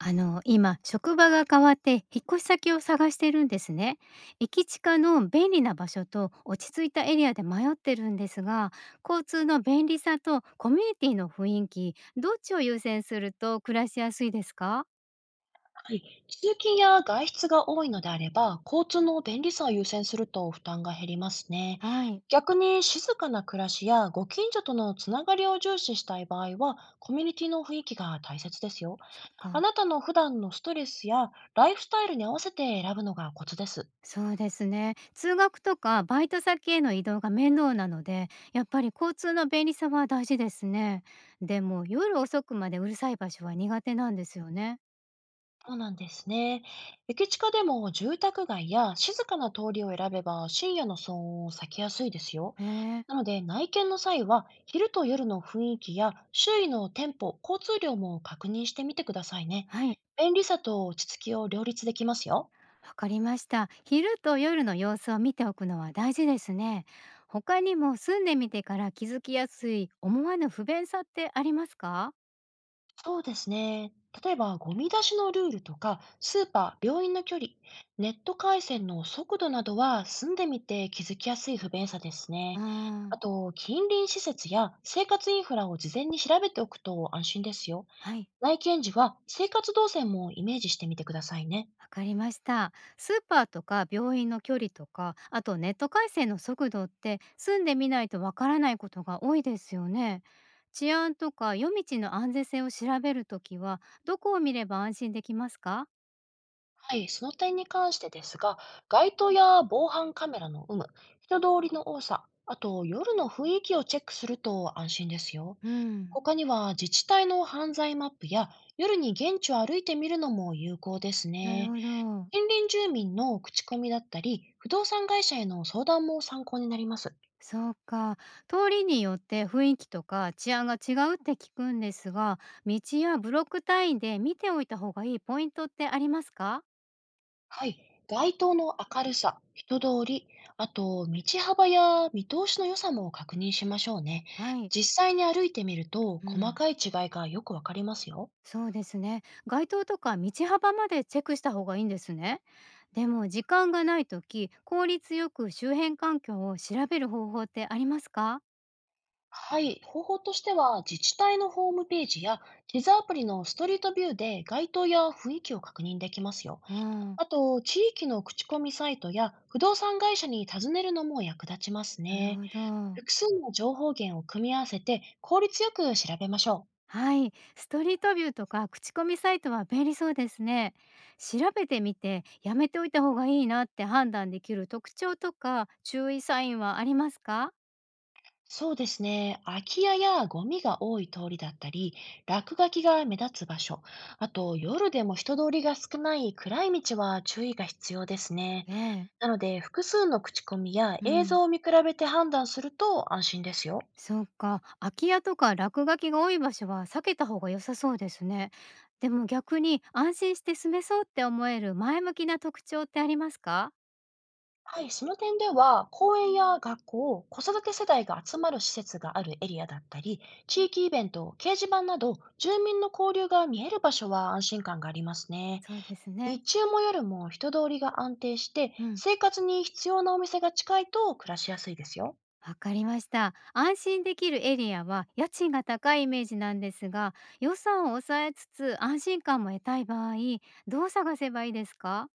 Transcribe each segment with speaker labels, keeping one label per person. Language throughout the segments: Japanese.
Speaker 1: 今、職場が変わって引っ越し先を探してるんですね。駅近の便利な場所と落ち着いたエリアで迷ってるんですが、交通の便利さとコミュニティの雰囲気、どっちを優先すると暮らしやすいですか？
Speaker 2: はい、通勤や外出が多いのであれば、交通の便利さを優先すると負担が減りますね。
Speaker 1: はい。
Speaker 2: 逆に静かな暮らしやご近所とのつながりを重視したい場合は、コミュニティの雰囲気が大切ですよ。
Speaker 1: そっ
Speaker 2: あ
Speaker 1: か。
Speaker 2: なたの普段のストレスやライフスタイルに合わせて選ぶのがコツです。
Speaker 1: そうですね。通学とかバイト先への移動が面倒なので、やっぱり交通の便利さは大事ですね。でも、夜遅くまでうるさい場所は苦手なんですよね。
Speaker 2: そうなんですね。駅近でも住宅街や静かな通りを選べば深夜の騒音を避けやすいですよ。
Speaker 1: へえ。
Speaker 2: なので、内見の際は、昼と夜の雰囲気や周囲の店舗、交通量も確認してみてくださいね。
Speaker 1: はい。
Speaker 2: 便利さと落ち着きを両立できますよ。
Speaker 1: わかりました。昼と夜の様子を見ておくのは大事ですね。他にも住んでみてから気づきやすい思わぬ不便さってありますか？
Speaker 2: そうですね。例えば、ゴミ出しのルールとか、スーパー、病院の距離、ネット回線の速度などは住んでみて気づきやすい不便さです
Speaker 1: うー
Speaker 2: ね。
Speaker 1: ん。
Speaker 2: あと、近隣施設や生活インフラを事前に調べておくと安心ですよ。
Speaker 1: はい。
Speaker 2: 内見時は生活動線もイメージしてみてくださいね。
Speaker 1: わかりました。スーパーとか病院の距離とか、あとネット回線の速度って住んでみないとわからないことが多いですよね。治安とか夜道の安全性を調べるときは、どこを見れば安心できますか？
Speaker 2: はい、その点に関してですが、街灯や防犯カメラの有無、人通りの多さ、あと夜の雰囲気をチェックすると安心ですよ。
Speaker 1: うん。
Speaker 2: 他には自治体の犯罪マップや夜に現地を歩いてみるのも有効です
Speaker 1: なる
Speaker 2: ね。
Speaker 1: ほど。
Speaker 2: 近隣住民の口コミだったり、不動産会社への相談も参考になります。
Speaker 1: そうか。通りによって雰囲気とか治安が違うって聞くんですが、道やブロック単位で見ておいた方がいいポイントってありますか？
Speaker 2: はい。街灯の明るさ、人通り、あと道幅や見通しの良さも確認しましょうね。
Speaker 1: はい。
Speaker 2: 実際に歩いてみると
Speaker 1: う
Speaker 2: 細
Speaker 1: ん。
Speaker 2: かい違いがよくわかりますよ。
Speaker 1: そうですね。街灯とか道幅までチェックした方がいいんですね。でも時間がないとき、効率よく周辺環境を調べる方法ってありますか？
Speaker 2: はい。方法としては自治体のホームページや地図アプリのストリートビューで街灯や雰囲気を確認できますよ。
Speaker 1: うん。
Speaker 2: あと地域の口コミサイトや不動産会社に尋ねるのも役立ちます
Speaker 1: なる
Speaker 2: ね。
Speaker 1: ほど。
Speaker 2: 複数の情報源を組み合わせて効率よく調べましょう。
Speaker 1: はい、ストリートビューとか口コミサイトは便利そうですね。調べてみてやめておいた方がいいなって判断できる特徴とか注意サインはありますか？
Speaker 2: そうですね。空き家やゴミが多い通りだったり、落書きが目立つ場所、あと夜でも人通りが少ない暗い道は注意が必要ですね。
Speaker 1: ええ。
Speaker 2: なので、複数の口コミや
Speaker 1: う
Speaker 2: 映
Speaker 1: ん。
Speaker 2: 像を見比べて判断すると安心ですよ。
Speaker 1: そうか。空き家とか落書きが多い場所は避けた方が良さそうですね。でも逆に安心して住めそうって思える前向きな特徴ってありますか？
Speaker 2: はい、その点では、公園や学校、子育て世代が集まる施設があるエリアだったり、地域イベント、掲示板など、住民の交流が見える場所は安心感がありますね。
Speaker 1: そうですね。
Speaker 2: 日中も夜も人通りが安定して、
Speaker 1: うん。
Speaker 2: 生活に必要なお店が近いと暮らしやすいですよ。
Speaker 1: わかりました。安心できるエリアは家賃が高いイメージなんですが、予算を抑えつつ安心感も得たい場合、どう探せばいいですか？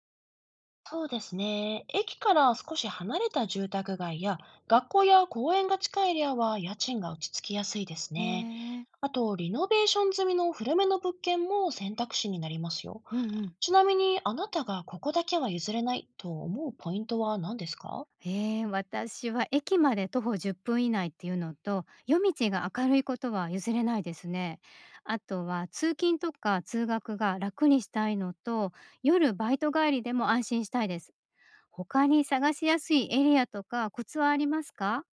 Speaker 2: そうですね。駅から少し離れた住宅街や、学校や公園が近いエリアは家賃が落ち着きやすいです
Speaker 1: へ
Speaker 2: ね。
Speaker 1: え。
Speaker 2: あと、リノベーション済みの古めの物件も選択肢になりますよ。
Speaker 1: うんうん。
Speaker 2: ちなみに、あなたがここだけは譲れないと思うポイントは何ですか？
Speaker 1: 私は駅まで徒歩10分以内っていうのと夜道が明るいことは譲れないですね。あとは通勤とか通学が楽にしたいのと夜バイト帰りでも安心したいです。他に探しやすいエリアとかコツはありますか？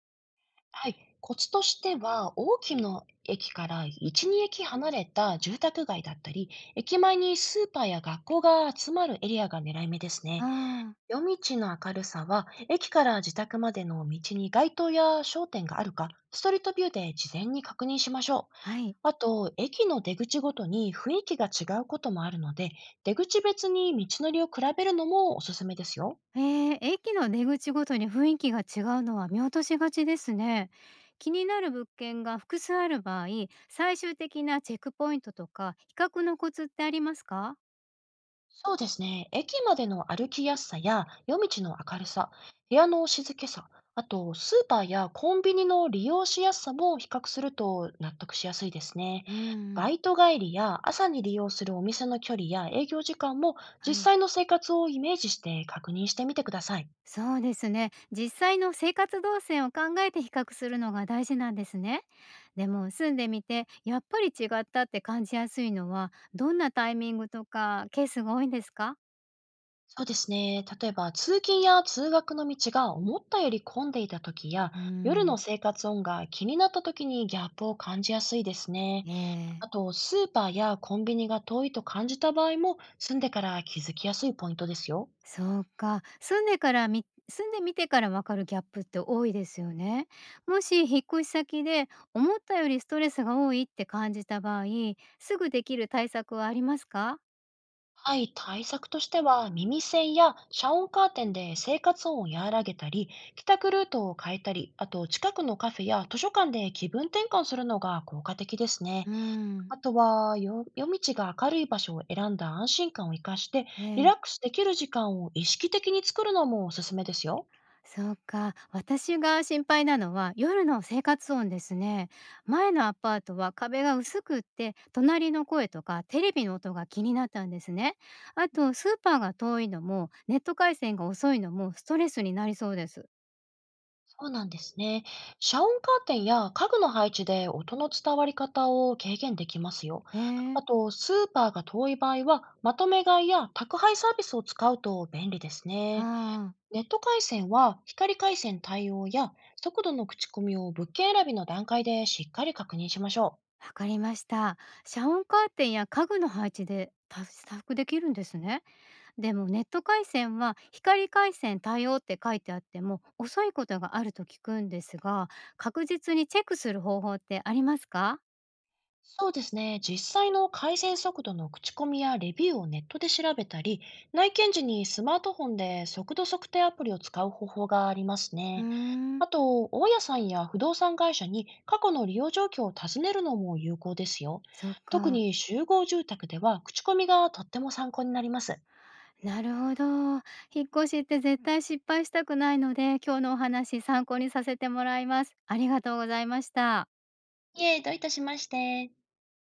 Speaker 2: はい、コツとしては、大きな駅から1、2駅離れた住宅街だったり、駅前にスーパーや学校が集まるエリアが狙い目です
Speaker 1: あ
Speaker 2: ね。
Speaker 1: あー。
Speaker 2: 夜道の明るさは、駅から自宅までの道に街灯や商店があるか、ストリートビューで事前に確認しましょう。
Speaker 1: はい。
Speaker 2: あと、駅の出口ごとに雰囲気が違うこともあるので、出口別に道のりを比べるのもおすすめですよ。
Speaker 1: ええ、駅の出口ごとに雰囲気が違うのは見落としがちですね。気になる物件が複数ある場合、最終的なチェックポイントとか比較のコツってありますか？
Speaker 2: そうですね。駅までの歩きやすさや夜道の明るさ、部屋の静けさ、あとスーパーやコンビニの利用しやすさも比較すると納得しやすいですね。
Speaker 1: う
Speaker 2: バ
Speaker 1: ん。
Speaker 2: イト帰りや朝に利用するお店の距離や営業時間も
Speaker 1: は
Speaker 2: 実
Speaker 1: い。
Speaker 2: 際の生活をイメージして確認してみてください。
Speaker 1: そうですね。実際の生活動線を考えて比較するのが大事なんですね。でも住んでみてやっぱり違ったって感じやすいのはどんなタイミングとかケースが多いんですか？
Speaker 2: そうですね。例えば通勤や通学の道が思ったより混んでいた時や
Speaker 1: う
Speaker 2: 夜の
Speaker 1: ん。
Speaker 2: 生活音が気になった時にギャップを感じやすいですね。
Speaker 1: ええ。
Speaker 2: あと、スーパーやコンビニが遠いと感じた場合も、住んでから気づきやすいポイントですよ。
Speaker 1: そうか。住んでからみ住んでみてからわかるギャップって多いですよね。もし引っ越し先で思ったよりストレスが多いって感じた場合、すぐできる対策はありますか？
Speaker 2: はい、対策としては、耳栓や遮音カーテンで生活音を和らげたり、帰宅ルートを変えたり、あと、近くのカフェや図書館で気分転換するのが効果的ですね。
Speaker 1: うん。
Speaker 2: あとは、よ夜道が明るい場所を選んだ安心感を生かして、
Speaker 1: え
Speaker 2: リ
Speaker 1: え、
Speaker 2: ラックスできる時間を意識的に作るのもおすすめですよ。
Speaker 1: そうか。私が心配なのは夜の生活音ですね。前のアパートは壁が薄くって、隣の声とかテレビの音が気になったんですね。あとスーパーが遠いのも、ネット回線が遅いのもストレスになりそうです。
Speaker 2: そうなんですね。遮音カーテンや家具の配置で音の伝わり方を軽減できますよ。
Speaker 1: へえ。
Speaker 2: あと、スーパーが遠い場合は、まとめ買いや宅配サービスを使うと便利ですね。
Speaker 1: ああ、
Speaker 2: ネット回線は光回線対応や速度の口コミを物件選びの段階でしっかり確認しましょう。
Speaker 1: わかりました。遮音カーテンや家具の配置でた回できるんですね。でもネット回線は光回線対応って書いてあっても遅いことがあると聞くんですが、確実にチェックする方法ってありますか？
Speaker 2: そうですね。実際の改善速度の口コミやレビューをネットで調べたり、内見時にスマートフォンで速度測定アプリを使う方法があります
Speaker 1: うー
Speaker 2: ね。
Speaker 1: ん。
Speaker 2: あと、大家さんや不動産会社に過去の利用状況を尋ねるのも有効ですよ。
Speaker 1: そっ
Speaker 2: 特
Speaker 1: か。
Speaker 2: に集合住宅では口コミがとっても参考になります。
Speaker 1: なるほど。引っ越しって絶対失敗したくないので、今日のお話参考にさせてもらいます。ありがとうございました。
Speaker 2: いえ、どういたしまして。